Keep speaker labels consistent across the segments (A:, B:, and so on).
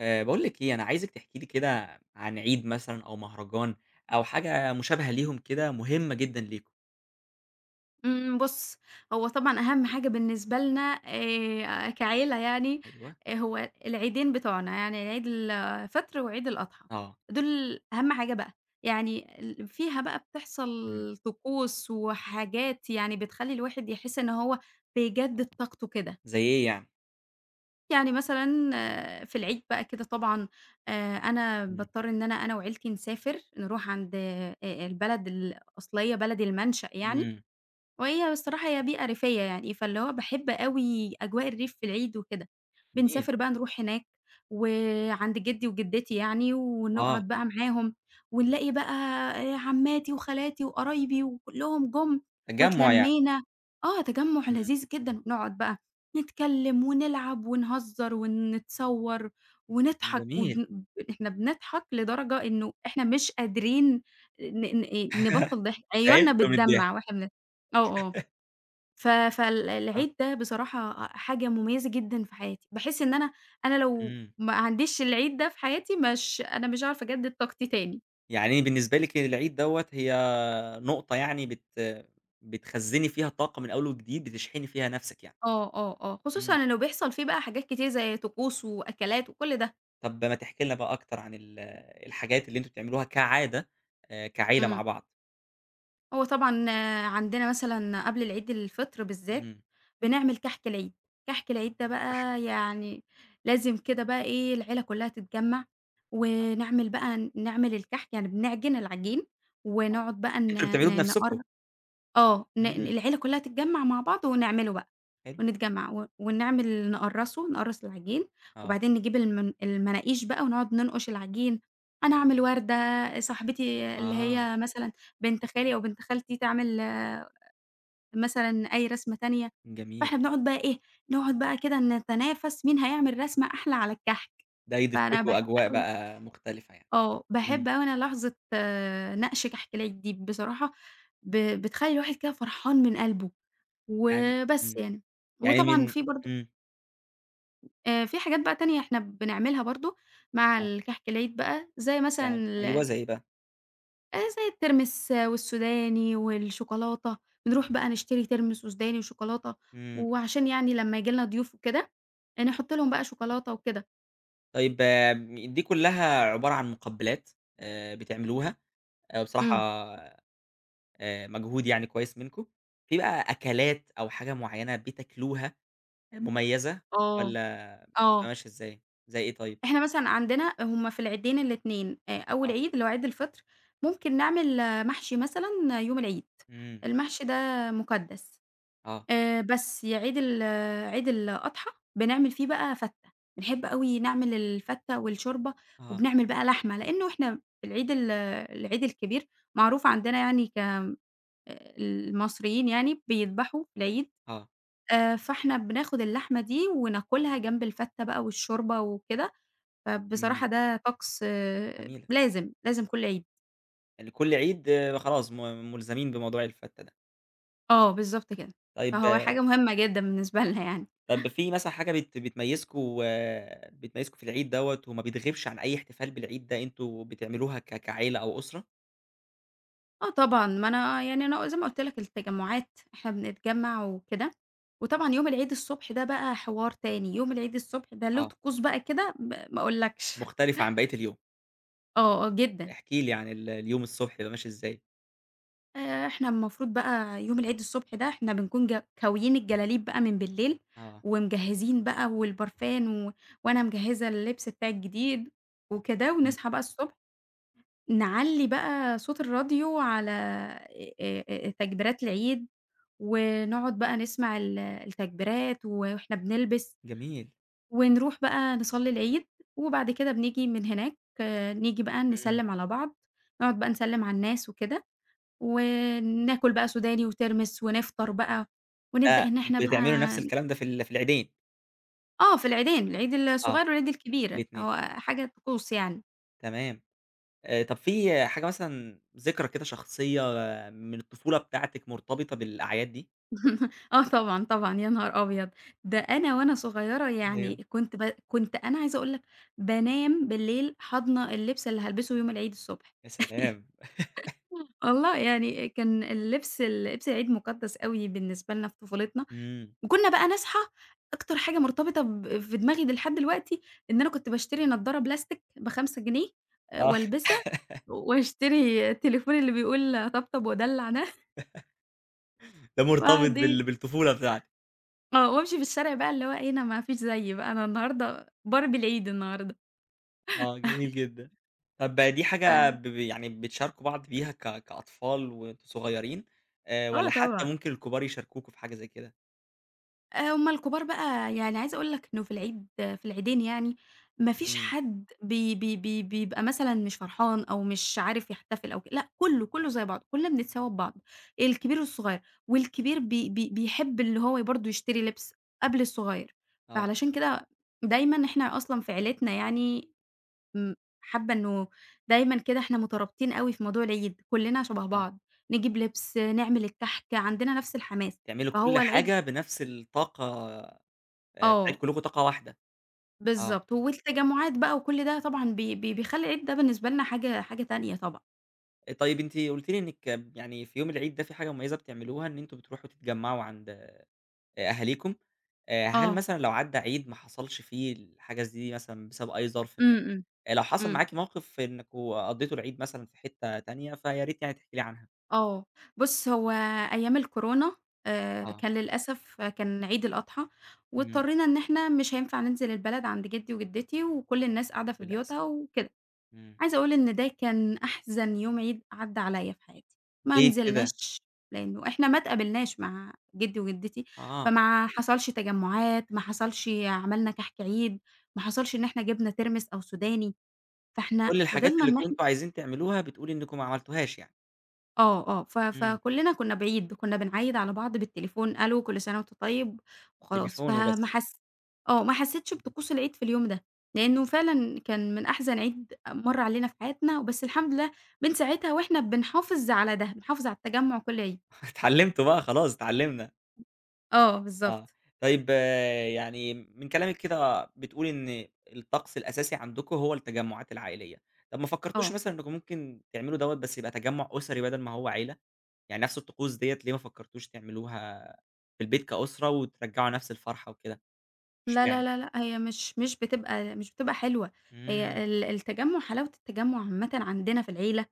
A: باقول لِك إيه، أنا عايزِك تحكي لي كده عن عيد مثلًا أو مهرجان أو حاجة مشابهة ليهم كده مهمة جدًا ليكم.
B: بُص، هو طبعًا أهم حاجة بالنسبة لنا كعيلة يعني.
A: أيوه.
B: هو العيدين بتوعنا، يعني عيد الفطر وعيد الأضحى،
A: آه،
B: دول أهم حاجة بقى، يعني فيها بقى
A: إمم.
B: بتحصل طقوس وحاجات يعني بتخلّي الواحد يحس إن هو بيجدد طاقته كده.
A: زي إيه يعني؟
B: يعني مثلًا في العيد بقى كده طبعًا أنا
A: إمم.
B: باضطر إن أنا وعيلتي نسافر، نروح عند البلد الأصلية، بلد المنشأ يعني،
A: إمم،
B: وهي الصراحة هي بيئة ريفية يعني، فاللي هو باحب أوي أجواء الريف في العيد وكده،
A: جميل،
B: بنسافر بقى نروح هناك وعند جدي وجدتي يعني،
A: آه،
B: ونقعد بقى معاهم، ونلاقي بقى عماتي وخالاتي وقرايبي وكلّهم جُم
A: تجمُّع يعني،
B: واتلمّينا، آه تجمُّع
A: إمم،
B: لذيذ جدًا، نقعد بقى نتكلّم ونلعب ونهزّر ونتصوّر ونضحك
A: جميل.
B: إحنا بنضحك لدرجة إنه إحنا مش قادرين ن ن نبطّل ضحك، عيوننا
A: تعبت من
B: بتدمّع
A: الضحك.
B: واحنا آه، آه. ف فال
A: آه،
B: العيد ده بصراحة حاجة مميزة جدًا في حياتي، باحس إن أنا لو
A: إمم،
B: ما عنديش العيد ده في حياتي مش هاعرف أجدد طاقتي تاني.
A: يعني بالنسبة لِك العيد دوّة هي نقطة يعني بتخزّني فيها طاقة من أول وجديد، بتشحني فيها نفسِك يعني.
B: آه، آه، آه، خصوصًا
A: إمم،
B: إنه بيحصل فيه بقى حاجات كتير زي طقوس وأكلات وكل ده.
A: طب ما تحكي لنا بقى أكتر عن الحاجات اللي أنتم بتعملوها كعادة كعيلة مع
B: إمم.
A: بعض؟
B: هو طبعًا عندنا مثلًا قبل العيد الفطر بالذات،
A: إمم.
B: بنعمل كحك العيد، كحك العيد ده
A: أح
B: بقى يعني لازم كده بقى إيه، العيلة كلّها تتجمّع، ونعمل بقى نعمل الكحك، يعني بنعجن العجين
A: آه.
B: ونقعد بقى ن
A: أنتم اللي بتعملوه
B: ن نقر
A: بنفسكم؟
B: آه، ن
A: إمم،
B: العيلة كلّها تتجمّع مع بعض ونعمله بقى،
A: حلو.
B: ونتجمّع و ونعمل نقرّصه، نقرّص العجين،
A: آه،
B: وبعدين نجيب المناقيش بقى ونقعد ننقش العجين، أنا أعمل وردة، صاحبتي اللي
A: آه،
B: هي مثلًا بنت خالي أو بنت خالتي تعمل مثلًا أي رسمة تانية،
A: جميل.
B: فإحنا بنقعد بقى إيه، نقعد بقى كده نتنافس مين هيعمل رسمة أحلى على الكحك،
A: ده يضيف
B: فأنا
A: لكم
B: باحب
A: أجواء
B: أوي
A: بقى مختلفة يعني.
B: آه،
A: إمم،
B: باحب أوي أنا لحظة نقش كحك العيد دي بصراحة ب بتخلّي الواحد كده فرحان من قلبه،
A: يعني
B: وبس
A: إمم،
B: يعني.
A: يعني
B: وطبعًا في برضه
A: إمم،
B: في حاجات بقى تانية إحنا بنعملها برضه مع
A: آه،
B: الكحك العيد بقى، زي مثلًا
A: يعني أيوه
B: ال
A: زي إيه بقى؟
B: زي الترمس والسوداني والشوكولاتة، بنروح بقى نشتري ترمس وسوداني وشوكولاتة،
A: إمم،
B: وعشان يعني لمّا ييجي لنا ضيوف وكده، نحط لهم بقى شوكولاتة وكده.
A: طيب دي كلها عبارة عن مقبلات بتعملوها بصراحة
B: إمم.
A: مجهود يعني كويس منكم. في بقى أكلات أو حاجة معينة بتاكلوها مميزة
B: آه،
A: والّا بتبقى
B: آه.
A: ماشية إزاي؟ زي إيه طيب؟
B: إحنا مثلًا عندنا هُم في العيدين الاتنين، أول
A: آه،
B: عيد اللي هو عيد الفطر، ممكن نعمل محشي مثلًا يوم العيد،
A: إمم،
B: المحشي ده مُقدّس.
A: آه،
B: بس يا عيد ال عيد الأضحى بنعمل فيه بقى فتّة، بنحب أوي نعمل الفتّة والشوربة،
A: آه،
B: وبنعمل بقى لحمة، لإنه إحنا في العيد الكبير معروف عندنا يعني المصريين يعني بيذبحوا في العيد،
A: آه،
B: فإحنا بناخد اللحمة دي وناكلها جنب الفتّة بقى والشوربة وكده،
A: إمم.
B: فبصراحة ده طقس
A: جميلة،
B: لازم، لازم كل عيد.
A: يعني كل عيد خلاص ملزمين بموضوع الفتة ده.
B: آه، بالضبط كده.
A: طيب
B: فهو
A: آه،
B: حاجة مهمة جدًا بالنسبة لنا يعني.
A: طب في مثلًا حاجة بت بتميزكم بتميزكم في العيد دوّة وما بتغيبش عن أي احتفال بالعيد ده أنتم بتعملوها كعيلة أو أسرة؟
B: آه طبعًا، ما أنا يعني أنا زي ما قُلت لك التجمُّعات إحنا بنتجمّع وكده، وطبعًا يوم العيد الصبح ده بقى حوار تاني، يوم العيد الصبح ده له
A: آه.
B: طقوس بقى كده ما أقولكش.
A: مختلفة عن بقية اليوم،
B: آه، آه جدًا.
A: احكِ لي عن اليوم الصبح بيبقى ماشي إزاي؟
B: إحنا المفروض بقى يوم العيد الصبح ده إحنا بنكون كاويين الجلاليب بقى من بالليل
A: آه،
B: ومجهّزين بقى والبرفان وأنا مجهّزة اللبس بتاعي الجديد وكده
A: إمم،
B: ونصحى بقى الصبح نعلّي بقى صوت الراديو على تكبيرات العيد، ونقعد بقى نسمع التكبيرات وإحنا بنلبس،
A: جميل،
B: ونروح بقى نصلّي العيد، وبعد كده بنيجي من هناك نيجي بقى
A: إمم،
B: نسلّم على بعض، نقعد بقى نسلّم على الناس وكده، وناكل بقى سوداني وترمس ونفطر بقى، ونبدأ
A: ده
B: إن إحنا بقى
A: بتعملوا نفس الكلام ده في في العيدين؟
B: آه في العيدين، العيد
A: آه.
B: الصغير والعيد الكبير،
A: الاتنين
B: هو حاجة طقوس يعني.
A: تمام. طب في حاجة مثلًا ذكرى كده شخصية من الطفولة بتاعتِك مرتبطة بالأعياد دي؟
B: آه طبعًا، طبعًا، يا نهار أبيض! ده أنا وأنا صغيرة يعني
A: أيوه.
B: كنت كنت أنا عايزة أقول لك بانام بالليل حاضنة اللبس اللي هالبسه يوم العيد الصبح.
A: يا سلام!
B: والله يعني كان اللبس لبس العيد مُقدّس أوي بالنسبة لنا في طفولتنا،
A: إمم.
B: وكنا بقى نصحى أكتر حاجة مرتبطة في دماغي لحد دلوقتي إن أنا كنت باشتري نضارة بلاستيك ب5 جنيه
A: آه،
B: والبسها واشتري التليفون اللي بيقول طبطب ودلّع ده،
A: ده مرتبط
B: وأقعد إيه
A: بالطفولة بتاعتِك.
B: وأمشي في الشارع بقى اللي هو إيه، أنا ما فيش زيي بقى، أنا النهارده باربي العيد النهارده.
A: آه، جميل جدًا. طَب دي
B: ف
A: حاجة ب ب يعني بتشاركوا بعض بيها كأطفال وأنتم صغيرين
B: آه
A: والّا حتى
B: طبعًا،
A: ممكن الكبار يشاركوكوا في حاجة زي كده؟
B: آه، هُم الكبار بقى يعني عايزة أقول لك إنه في العيدين يعني ما فيش
A: إمم.
B: حد بي بي بي بيبقى مثلًا مش فرحان أو مش عارف يحتفل أو ك لأ، كُلّه، كُلّه زي بعضه، كُلّنا بنتساوى ببعض، الكبير والصغير، والكبير بي بي بيحب اللي هو برضه يشتري لبس قبل الصغير،
A: آه،
B: فعلشان كده دايمًا إحنا أصلًا في عيلتنا يعني إمم، حابة إنه دايمًا كده إحنا مترابطين أوي في موضوع العيد، كلنا شبه
A: آه.
B: بعض، نجيب لبس، نعمل الكحك، عندنا نفس الحماس،
A: تعملوا كل
B: فهو العيد
A: حاجة بنفس الطاقة بتاعتكم،
B: آه،
A: كلّكم طاقة واحدة. آه.
B: بالضبط، والتجمعات بقى وكل ده طبعًا بي بي بيخلّي العيد ده بالنسبة لنا حاجة تانية طبعًا،
A: طيب أنتِ قُلتِ لي إنِّك يعني في يوم العيد ده في حاجة مميزة بتعملوها إن أنتم بتروحوا تتجمّعوا عند أهاليكم، هل
B: آه،
A: مثلًا لو عدّى عيد ما حصلش فيه الحاجة دي مثلًا بسبب أي ظرف ما،
B: إمم، إمم،
A: لو حصل
B: إمم،
A: معاكِ موقف إنكم قضّيتوا العيد مثلًا في حتّة تانية، فيا ريت يعني تحكي لي عنها؟
B: آه، بُص هو أيام الكورونا
A: آه،
B: كان للأسف كان عيد الأضحى،
A: إمم،
B: واضطرينا إن إحنا مش هينفع ننزل البلد عند جدي وجدتي، وكل الناس قاعدة في
A: للأسف،
B: بيوتها وكده.
A: إمم،
B: عايزة أقول إن ده كان أحزن يوم عيد عدّى عليّا في حياتي، ما
A: ليه كده؟
B: نزلناش لإنه إحنا ما اتقابلناش مع جدي وجدتي،
A: آه،
B: فما حصلش تجمُّعات، ما حصلش عملنا كحك عيد، ما حصلش إن إحنا جِبنا ترمس أو سوداني، فإحنا
A: كل الحاجات
B: فضلنا
A: اللي
B: إن إحنا
A: كنتم عايزين تعملوها بتقولي إنكم ما عملتوهاش يعني،
B: آه، آه، ف
A: إمم،
B: فكُلّنا كُنّا بعيد، كُنّا بنعايد على بعض بالتليفون ألو كل سَنة وأنت طيب وخلاص،
A: تليفون
B: فما
A: وبس،
B: حس آه، ما حسّيتش
A: إمم،
B: بطقوس العيد في اليوم ده، لإنه فعلًا كان من أحزن عيد مَر علينا في حياتنا، وبس الحمد لله من ساعتها وإحنا بنحافظ على ده، بنحافظ على التجمُّع كل عيد.
A: اتعلمتوا بقى خلاص اتعلمنا.
B: آه،
A: آه.
B: بالضبط،
A: طيب آه، يعني من كلامِك كده بتقولي إن الطقس الأساسي عندكم هو التجمُّعات العائلية، طب ما فكّرتوش
B: آه.
A: مثلًا إنّكم ممكن تعملوا دوّة بس يبقى تجمُّع أسري بدل ما هو عيلة؟ يعني نفس الطقوس ديّة ليه ما فكّرتوش تعملوها في البيت كأسرة وترجّعوا نفس الفرحة وكده،
B: لا، لا،
A: اشمعنى؟
B: لا، لأ، هي مش بتبقى حلوة،
A: إمم.
B: هي ال التجمُّع حلاوة التجمُّع عامةً عندنا في العيلة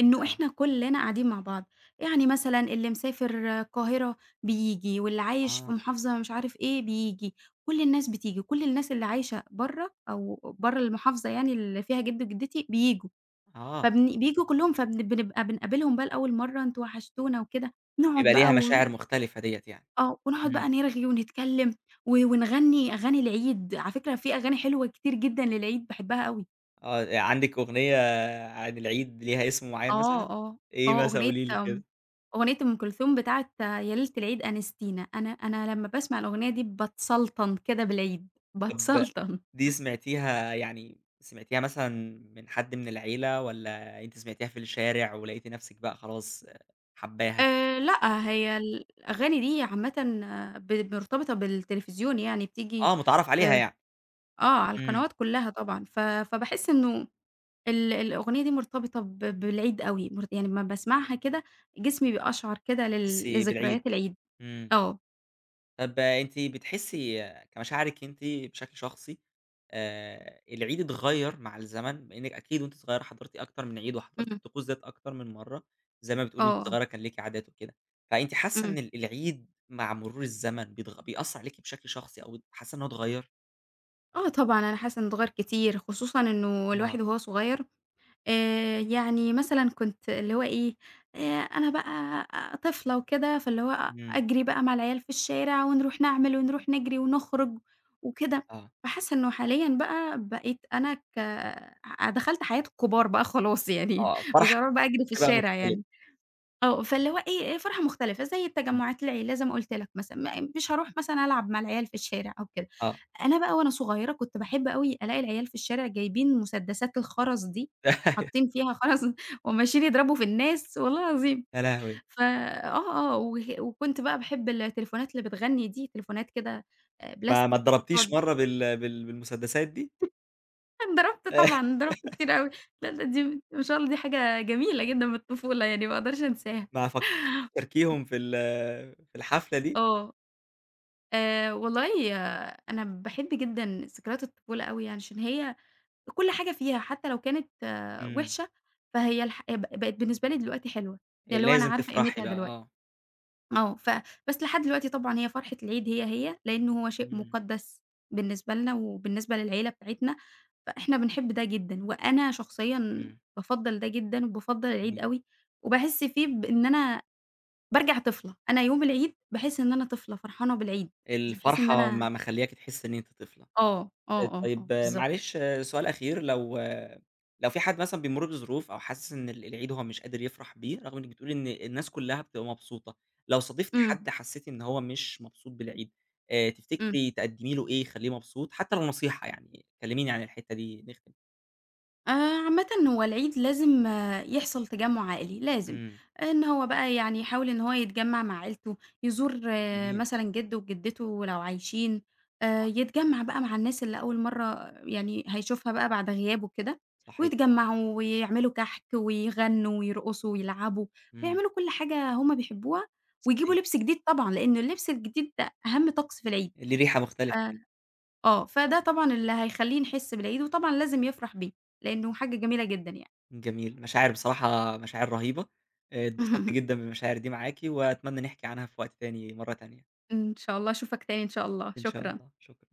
B: إنه
A: آه.
B: إحنا كُلّنا قاعدين مع بعض، يعني مثلًا اللي مسافر القاهرة بييجي، واللي عايش في
A: آه.
B: محافظة مش عارف إيه بييجي، كل الناس بتيجي، كل الناس اللي عايشة برّه أو برّه المحافظة يعني اللي فيها جدّي وجدّتي بييجوا،
A: آه.
B: بييجوا كلّهم بنبقى بنقابلهم بقى لأول مرّة أنتم وحشتونا وكده، نقعد
A: يبقى ليها
B: بقى و
A: مشاعر مختلفة ديّة يعني.
B: آه، ونقعد بقى
A: إمم.
B: نرغي ونتكلّم ونغنّي أغاني العيد، على فكرة في أغاني حلوة كتير جدًا للعيد باحبها أوي.
A: آه. عندِك أغنية عن العيد ليها اسم معيّن
B: آه،
A: مثلًا؟
B: آه،
A: إيه
B: آه،
A: مثلًا
B: أغنية
A: قولي لي كده؟
B: أغنية أم كلثوم بتاعة يا ليلة العيد أنستينا، أنا لمّا باسمع الأغنية دي باتسلطن كده بالعيد،
A: طب
B: باتسلطن.
A: دي سمعتيها يعني سمعتيها مثلًا من حد من العيلة والّا أنتِ سمعتيها في الشارع ولقيتِ نفسِك بقى خلاص حاباها؟
B: لأ، هي الأغاني دي عامةً مرتبطة بالتلفزيون يعني بتيجي
A: آه، متعرّف عليها
B: في
A: يعني.
B: آه، على
A: إمم،
B: القنوات كلّها طبعًا، ف فباحس إنه الأغنية دي مرتبطة بالعيد أوي، يعني أمّا باسمعها كده جسمي بيقشعر كده
A: تحسّي بالعيد.
B: لذكريات العيد.
A: إمم.
B: آه،
A: طب أنتِ بتحسي كمشاعرِك أنتِ بشكل شخصي العيد اتغيّر مع الزمن؟ بإنِّك أكيد وأنتِ صغيّرة حضرتِ أكتر من عيد وحضرتِ
B: إمم،
A: الطقوس ديّة أكتر من مرّة، زي ما بتقولي وأنتِ
B: آه،
A: صغيّرة كان ليكِ عادات وكده، فأنتِ حاسة
B: إمم.
A: إن العيد مع مرور الزمن بيأثّر عليكِ بشكل شخصي أو حاسة إن هو اتغيّر؟
B: آه طبعًا، أنا حاسة إنه اتغيّر كتير، خصوصًا إنه
A: آه.
B: الواحد وهو صغير يعني مثلًا كنت اللي هو إيه، أنا بقى طفلة وكده، فاللي هو
A: إمم،
B: أجري بقى مع العيال في الشارع ونروح نعمل ونروح نجري ونخرج وكده.
A: آه،
B: فحاسة إنه حاليًا بقى بقيت أنا ك ع دخلت حياة الكبار بقى خلاص يعني،
A: آه،
B: مش هاروح بقى أجري في
A: بشكل بقى
B: الشارع
A: مختلف،
B: يعني. آه، فاللي هو إيه، فرحة مختلفة زي
A: إمم،
B: التجمعات العيلة زي ما قُلت لك مثلًا، مش هاروح مثلًا ألعب مع العيال في الشارع أو كده.
A: آه،
B: أنا بقى وأنا صغيرة كنت باحب أوي ألاقي العيال في الشارع جايبين مسدسات الخرز دي، حاطين فيها خرز وماشيين يضربوا في الناس والله العظيم.
A: يا لهوي!
B: ف آه، آه، وه وكنت بقى باحب التليفونات اللي بتغني دي، تليفونات كده
A: ما
B: بلاستيك
A: اتضربتيش
B: بتقعد
A: مرّة بالمسدسات دي؟
B: ضربت طبعًا، ضربت كتير أوي. لا، لا دي ما شاء الله دي حاجة جميلة جدًا من الطفولة يعني ما اقدرش أنساها.
A: ما فكّرتيهم في في الحفلة دي؟
B: آه. والله أنا باحب جدًا ذكريات الطفولة أوي يعني عشان هي كل حاجة فيها حتى لو كانت
A: إمم،
B: وحشة، فهي الح آه، ب بقت بالنسبة لي دلوقتي حلوة، يعني اللي هو أنا
A: لازم
B: عارفة
A: تفرحي
B: قيمتها
A: بقى
B: دلوقتي،
A: آه،
B: آه، ف بس لحد دلوقتي طبعًا هي فرحة العيد هي، لأنه هو شيء
A: إمم،
B: مُقدَّس بالنسبة لنا وبالنسبة للعيلة بتاعتنا، فإحنا بنحب ده جدًا، وأنا شخصيًا
A: إمم.
B: بافضّل ده جدًا وبافضّل العيد
A: جميل.
B: أوي، وباحس فيه بإن أنا بارجع طفلة، أنا يوم العيد باحس إن أنا طفلة فرحانة بالعيد، مش باحس إن
A: الفرحة
B: أنا
A: مخلّياكِ تحسّي إن أنتِ طفلة.
B: آه، آه، آه، آه،
A: طيب
B: بالضبط،
A: معلش سؤال أخير، لو في حد مثلًا بيمُر بظروف أو حاسس إن العيد هو مش قادر يفرح بيه، رغم إنِّك بتقولي إن الناس كلّها بتبقى مبسوطة، لو صادفتِ
B: إمم،
A: حد حسّيتِ إن هو مش مبسوط بالعيد،
B: إمم.
A: تفتكري تقدّمي له إيه يخلّيه مبسوط؟ حتى لو نصيحة يعني، كلّميني عن الحتّة دي نختم.
B: آآ عامةً هو العيد لازم يحصل تجمُّع عائلي، لازم.
A: إمم،
B: إن هو بقى يعني يحاول إن هو يتجمّع مع عيلته، يزور
A: جميل.
B: مثلًا جِدّه وجِدّته لو عايشين،
A: آه،
B: يتجمّع بقى مع الناس اللي أول مرّة يعني هيشوفها بقى بعد غيابه كده،
A: صحيح.
B: ويتجمّعوا ويعملوا كحك ويغنّوا ويرقصوا ويلعبوا
A: إمم،
B: ويعملوا كل حاجة هم بيحبوها ويجيبوا
A: صحيح،
B: لبس جديد طبعًا، لإن اللبس الجديد ده أهم طقس في العيد،
A: ليه ريحة
B: ف
A: مختلفة يعني،
B: آه، فده طبعًا اللي هيخلّيه نحس بالعيد، وطبعًا لازم يفرح بيه، لإنه حاجة جميلة جدًا يعني.
A: جميل، مشاعر بصراحة مشاعر رهيبة، اتبسطت جدًا بالمشاعر دي معاكِ، وأتمنى نحكي عنها في وقت تاني مرة تانية،
B: إن شاء الله أشوفك تاني إن شاء الله،
A: إن شاء
B: شكرًا.
A: الله، شكرًا.